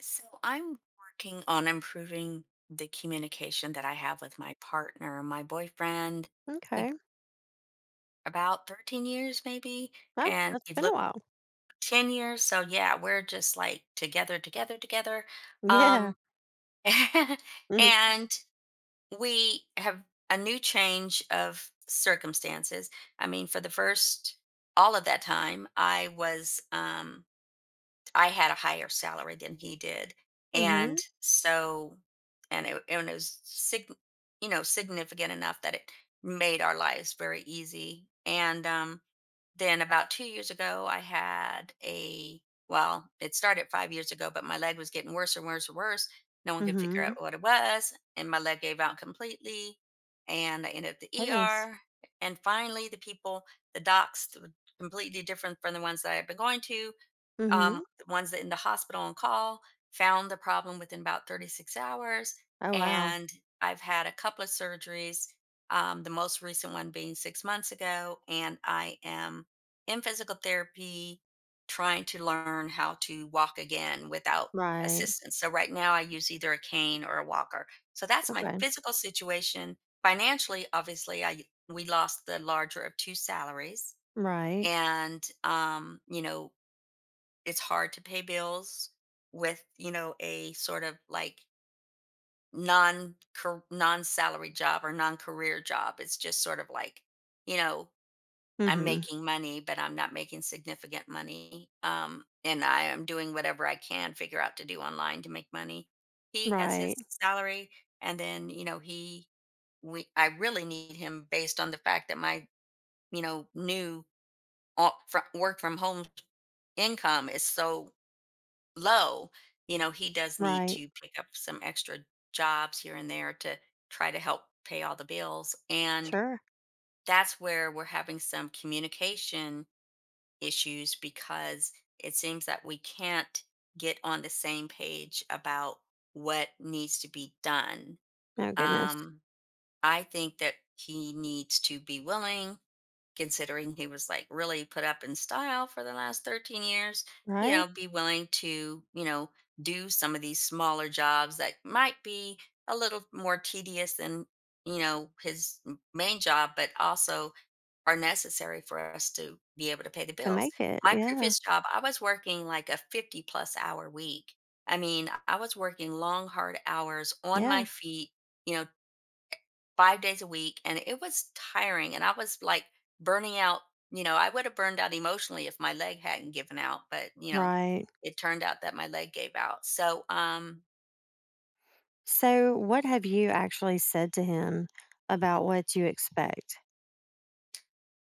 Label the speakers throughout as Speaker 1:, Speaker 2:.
Speaker 1: So I'm working on improving the communication that I have with my partner, my boyfriend. We
Speaker 2: Okay.
Speaker 1: about 13 years maybe,
Speaker 2: Oh,
Speaker 1: and
Speaker 2: that's
Speaker 1: we've
Speaker 2: been a
Speaker 1: looked
Speaker 2: while.
Speaker 1: for 10 years. So yeah, we're just like together, together, together.
Speaker 2: Yeah.
Speaker 1: Um
Speaker 2: Mhm.
Speaker 1: and we have a new change of circumstances. I mean, for the first all of that time, I was I had a higher salary than he did,
Speaker 2: Mhm.
Speaker 1: and so and it was significant enough that it made our lives very easy. And then about 2 years ago, I had a well, it started 5 years ago, but my leg was getting worse and worse and worse. No one could figure
Speaker 2: Mhm.
Speaker 1: out what it was, and my leg gave out completely, and I ended up at the
Speaker 2: Goodness.
Speaker 1: ER. And finally, the people, the docs, th- completely different from the ones that I had been going to,
Speaker 2: Mhm.
Speaker 1: the ones that in the hospital on call found the problem within about 36 hours.
Speaker 2: Oh, wow.
Speaker 1: And I've had a couple of surgeries, the most recent one being 6 months ago. And I am in physical therapy trying to learn how to walk again without
Speaker 2: Right.
Speaker 1: assistance. So right now I use either a cane or a walker. So that's my
Speaker 2: Okay.
Speaker 1: physical situation. Financially, obviously, I we lost the larger of two salaries
Speaker 2: Right.
Speaker 1: and it's hard to pay bills with a sort of like non non salary job or non career job. It's just sort of like you know I'm
Speaker 2: Mhm.
Speaker 1: making money but I'm not making significant money. And I am doing whatever I can figure out to do online to make money. He has
Speaker 2: Right.
Speaker 1: his salary and then he we I really need him based on the fact that my new work from home income is so low. He does need
Speaker 2: Right.
Speaker 1: to pick up some extra jobs here and there to try to help pay all the bills. And
Speaker 2: Sure.
Speaker 1: that's where we're having some communication issues because it seems that we can't get on the same page about what needs to be done.
Speaker 2: Oh, goodness.
Speaker 1: Um, I think that he needs to be willing, considering he was like really put up in style for the last 13 years,
Speaker 2: Right?
Speaker 1: be willing to, do some of these smaller jobs that might be a little more tedious than, his main job, but also are necessary for us to be able to pay the
Speaker 2: To
Speaker 1: bills.
Speaker 2: make it.
Speaker 1: My
Speaker 2: Yeah.
Speaker 1: previous job, I was working like a 50 plus hour week. I mean, I was working long, hard hours on my
Speaker 2: Yeah.
Speaker 1: feet, you know, 5 days a week, and it was tiring and I was like burning out. I would have burned out emotionally if my leg hadn't given out, but
Speaker 2: Right.
Speaker 1: it turned out that my leg gave out. So,
Speaker 2: So, what have you actually said to him about what you expect?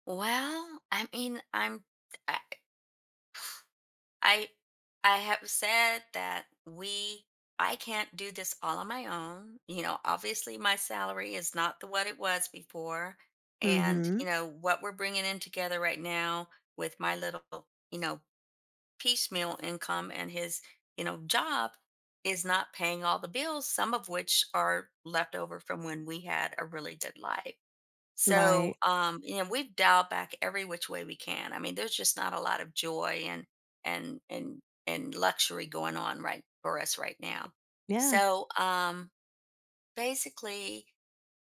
Speaker 1: well, I mean, I I, I have said that we I can't do this all on my own. You know, obviously my salary is not the what it was before, and
Speaker 2: Mhm.
Speaker 1: you know what we're bringing in together right now with my little, you know piecemeal income, and his, job is not paying all the bills, some of which are left over from when we had a really good life. So,
Speaker 2: Right.
Speaker 1: you know, we've dialed back every which way we can. I mean, there's just not a lot of joy and and and and luxury going on right for us right now.
Speaker 2: Yeah.
Speaker 1: So, basically,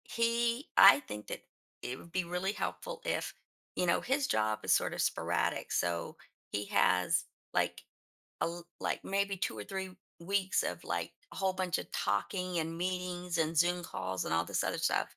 Speaker 1: I think that it would be really helpful if, you know, his job is sort of sporadic. So he has like like maybe 2 or 3 weeks of like a whole bunch of talking and meetings and Zoom calls and all this other stuff,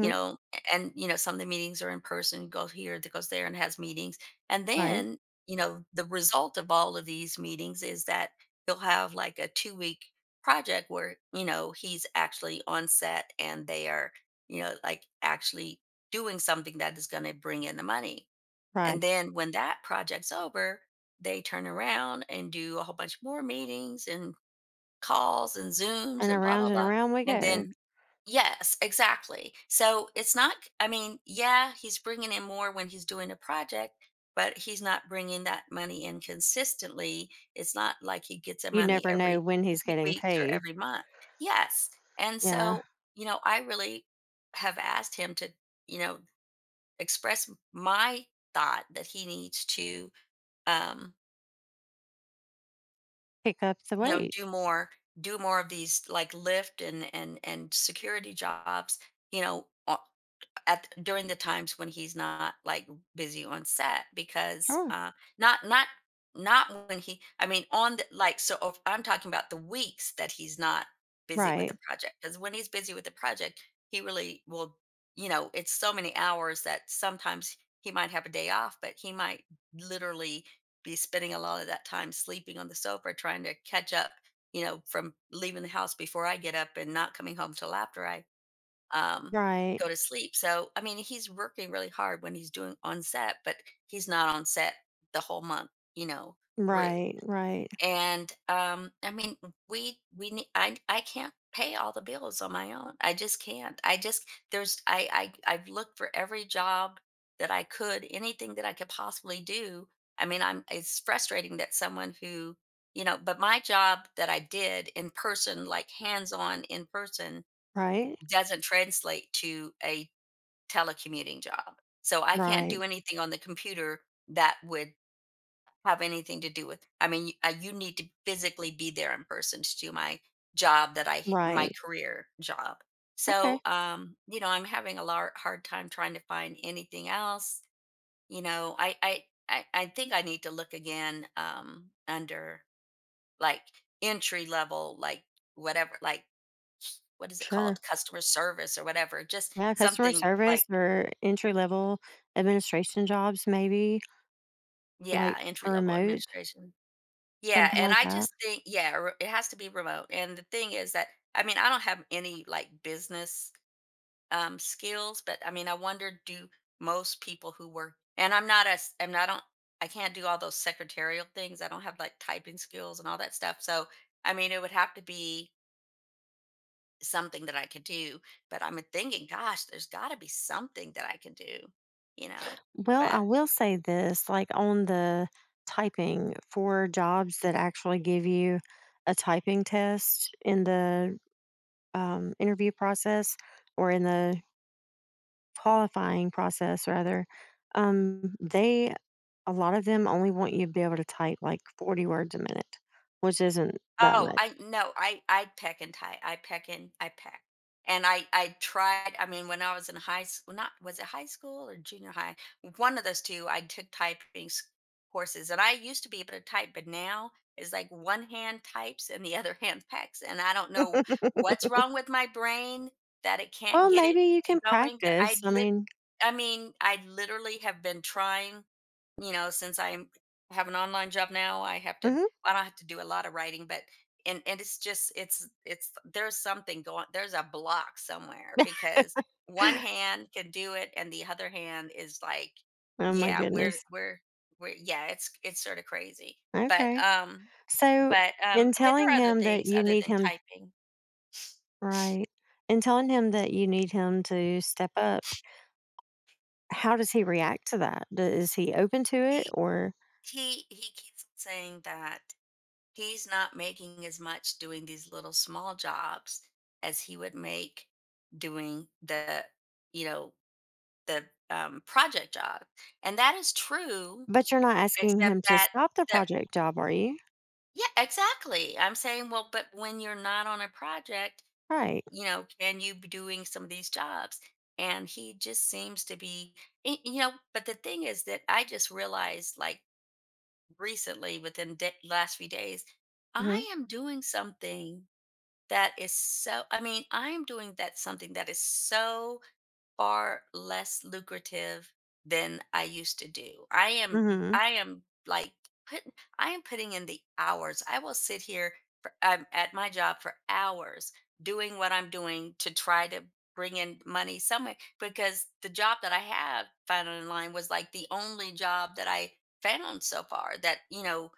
Speaker 1: you know, and you know, some of the meetings are in person, goes here, that goes there and has meetings. And
Speaker 2: Right.
Speaker 1: then, you know, the result of all of these meetings is that he'll have like a 2 week project where, you know, he's actually on set and they are, you know, like actually doing something that is going to bring in the money.
Speaker 2: Right.
Speaker 1: And then when that project's over, they turn around and do a whole bunch more meetings and calls and Zooms and blah, blah,
Speaker 2: And
Speaker 1: blah.
Speaker 2: around we
Speaker 1: And
Speaker 2: go.
Speaker 1: then, yes, exactly. So it's not, I mean, yeah, he's bringing in more when he's doing a project, but he's not bringing that money in consistently. It's not like he gets the
Speaker 2: You
Speaker 1: money
Speaker 2: never know
Speaker 1: every
Speaker 2: when he's
Speaker 1: few
Speaker 2: getting
Speaker 1: weeks or
Speaker 2: paid.
Speaker 1: every month. Yes. And
Speaker 2: Yeah.
Speaker 1: so, you know, I really have asked him to, you know, express my thought that he needs to um
Speaker 2: Pick up the
Speaker 1: you know
Speaker 2: weight.
Speaker 1: do more do more of these like lift and security jobs, you know o- at during the times when he's not like busy on set. Because
Speaker 2: Sure.
Speaker 1: not not not when he, I mean on the like, so if I'm talking about the weeks that he's not busy with
Speaker 2: Right,
Speaker 1: the project, because when he's busy with the project he really will, you know, it's so many hours that sometimes he might have a day off, but he might literally be spending a lot of that time sleeping on the sofa trying to catch up, you know, from leaving the house before I get up and not coming home till after I um,
Speaker 2: right,
Speaker 1: go to sleep. So, I mean, he's working really hard when he's doing on set, but he's not on set the whole month, you know, through.
Speaker 2: right, right,
Speaker 1: And I mean, we need. I can't pay all the bills on my own. I just can't. I just there's I I've looked for every job that I could, anything that I could possibly do. I mean, I'm it's frustrating that someone who, you know, but my job that I did in person, like hands on in person,
Speaker 2: right,
Speaker 1: doesn't translate to a telecommuting job. So I can't
Speaker 2: right,
Speaker 1: do anything on the computer that would have anything to do with, I mean, you need to physically be there in person to do my job my
Speaker 2: right.
Speaker 1: career job. So,
Speaker 2: Okay,
Speaker 1: you know, I'm having a hard time trying to find anything else. You know, I think I need to look again, under like entry level, like whatever, like what is it
Speaker 2: sure.
Speaker 1: called? Customer service or whatever, just
Speaker 2: Yeah, customer
Speaker 1: something
Speaker 2: service
Speaker 1: like,
Speaker 2: or entry level administration jobs, maybe like
Speaker 1: yeah, entry
Speaker 2: for
Speaker 1: level
Speaker 2: remote,
Speaker 1: administration. Yeah,
Speaker 2: something
Speaker 1: and
Speaker 2: like
Speaker 1: I
Speaker 2: that.
Speaker 1: just think, yeah, it has to be remote. And the thing is that, I mean, I don't have any like business skills, but I mean, I wonder, do most people who work, and I'm not on, I can't do all those secretarial things. I don't have like typing skills and all that stuff. So, I mean, it would have to be something that I could do, but I'm thinking gosh, there's got to be something that I can do, you know.
Speaker 2: Well, I
Speaker 1: But
Speaker 2: will say this, like, on the typing, for jobs that actually give you a typing test in the interview process, or in the qualifying process, rather, they, a lot of them only want you to be able to type, like, 40 words a minute, which isn't that
Speaker 1: oh,
Speaker 2: much.
Speaker 1: I no, I peck and tie. And I tried, I mean, when I was in high school, not was it high school or junior high? One of those two, I took courses and I used to be able to type, but now is like one hand types and the other hand packs. And I don't know what's wrong with my brain that it can't
Speaker 2: Well,
Speaker 1: get it
Speaker 2: maybe you
Speaker 1: to
Speaker 2: can
Speaker 1: going, but
Speaker 2: practice, I mean
Speaker 1: I mean, I literally have been trying, since I have an online job now, I have to.
Speaker 2: mhm.
Speaker 1: I don't have to do a lot of writing, but and it's just it's there's something going. There's a block somewhere because one hand can do it, and the other hand is like,
Speaker 2: Oh my
Speaker 1: yeah,
Speaker 2: goodness.
Speaker 1: we're yeah, it's sort of crazy. But
Speaker 2: Okay.
Speaker 1: um,
Speaker 2: So, in
Speaker 1: but there are
Speaker 2: telling
Speaker 1: other
Speaker 2: him that
Speaker 1: things
Speaker 2: you
Speaker 1: other
Speaker 2: need
Speaker 1: than
Speaker 2: him,
Speaker 1: typing.
Speaker 2: right. In telling him that you need him to step up, how does he react to that? D is he open to it?
Speaker 1: He
Speaker 2: Or
Speaker 1: he keeps saying that he's not making as much doing these little small jobs as he would make doing the, you know, the project job, and that is true,
Speaker 2: but you're not asking
Speaker 1: except
Speaker 2: him to
Speaker 1: that
Speaker 2: stop the
Speaker 1: that
Speaker 2: project job, are you?
Speaker 1: yeah, exactly, I'm saying, well, but when you're not on a project,
Speaker 2: Right.
Speaker 1: you know, can you be doing some of these jobs? And he just seems to be, you know, but the thing is that I just realized like recently within the last few days
Speaker 2: Mhm.
Speaker 1: I am doing something that is so, I mean, I'm doing that something that is so far less lucrative than I used to do.
Speaker 2: Mhm.
Speaker 1: I am like put, I am putting in the hours. I will sit here for, I'm at my job for hours doing what I'm doing to try to bring in money somewhere, because the job that I have found online was like the only job that I found so far that, you know,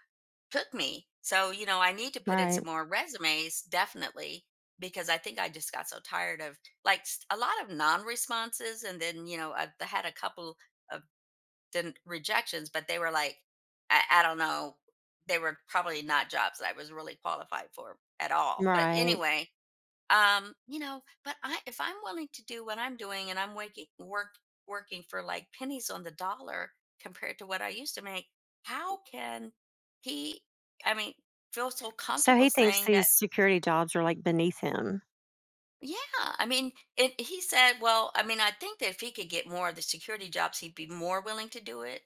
Speaker 1: took me. So, you know, I need to put in
Speaker 2: Right.
Speaker 1: some more resumes, definitely, because I think I just got so tired of like a lot of non responses. And then, you know, I had a couple of rejections, but they were like, I don't know, they were probably not jobs that I was really qualified for at all. But
Speaker 2: Right.
Speaker 1: anyway, you know, but I, if I'm willing to do what I'm doing and I'm waking work working for like pennies on the dollar compared to what I used to make, how can he, I mean, feel so
Speaker 2: So
Speaker 1: comfortable
Speaker 2: he thinks
Speaker 1: saying that?
Speaker 2: these security jobs are like beneath him.
Speaker 1: Yeah, I mean, and he said, "Well, I mean, I think that if he could get more of the security jobs, he'd be more willing to do it."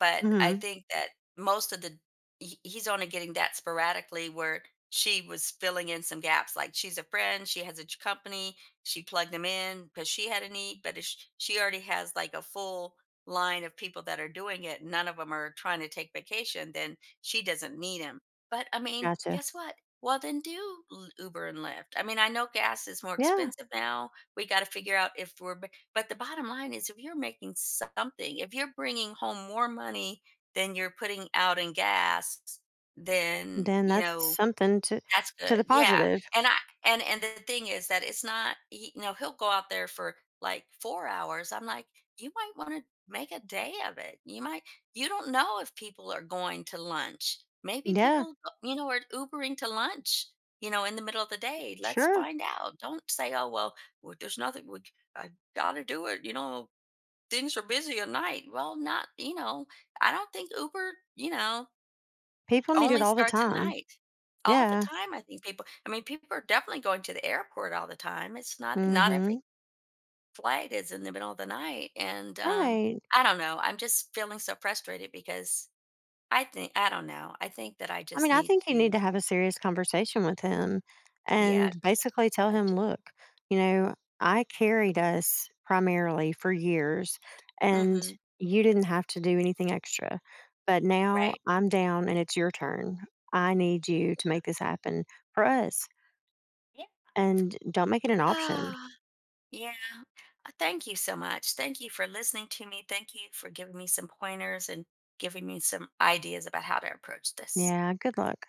Speaker 1: But I
Speaker 2: Mhm.
Speaker 1: think that most of the he's only getting that sporadically. Where she was filling in some gaps, like she's a friend, she has a company, she plugged them in because she had a need. But if she already has like a full line of people that are doing it, none of them are trying to take vacation, then she doesn't need him. But I mean,
Speaker 2: Gotcha.
Speaker 1: guess what? Well, then do Uber and Lyft. I mean, I know gas is more
Speaker 2: Yeah.
Speaker 1: expensive now. We got to figure out if we're, but the bottom line is, if you're making something, if you're bringing home more money than you're putting out in gas, then,
Speaker 2: Then
Speaker 1: you
Speaker 2: that's
Speaker 1: know,
Speaker 2: something to
Speaker 1: that's
Speaker 2: to
Speaker 1: good.
Speaker 2: the
Speaker 1: Yeah,
Speaker 2: positive.
Speaker 1: and I and the thing is that it's not he, you know, he'll go out there for like 4 hours. I'm like, "You might wanna make a day of it. You might, you don't know if people are going to lunch. Maybe
Speaker 2: Yeah.
Speaker 1: people, you know, are Ubering to lunch, you know, in the middle of the day. Let's
Speaker 2: Sure.
Speaker 1: find out. Don't say, 'Oh, well, well, there's nothing we c I gotta do it, you know, things are busy at night.'" Well, not, you know, I don't think Uber, you know,
Speaker 2: People need it
Speaker 1: only
Speaker 2: all the
Speaker 1: starts at
Speaker 2: time.
Speaker 1: night. All the
Speaker 2: Yeah.
Speaker 1: time, I think people, I mean, people are definitely going to the airport all the time. It's not not
Speaker 2: Mhm.
Speaker 1: every flight is in the middle of the night, and,
Speaker 2: Right.
Speaker 1: I don't know, I'm just feeling so frustrated because I think, I don't know, I think that I
Speaker 2: I mean,
Speaker 1: just
Speaker 2: I
Speaker 1: need
Speaker 2: think you need to
Speaker 1: to,
Speaker 2: have a serious conversation with him
Speaker 1: yeah,
Speaker 2: and
Speaker 1: just
Speaker 2: basically tell
Speaker 1: a
Speaker 2: him,
Speaker 1: budget.
Speaker 2: look, you know, I carried us primarily for years and
Speaker 1: Mhm,
Speaker 2: you didn't have to do anything extra. But now
Speaker 1: right.
Speaker 2: I'm down and it's your turn. I need you to make this happen for us,
Speaker 1: Yeah.
Speaker 2: and don't make it an option.
Speaker 1: Ah, yeah. Thank you so much. Thank you for listening to me. Thank you for giving me some pointers and giving me some ideas about how to approach this.
Speaker 2: Yeah, good luck.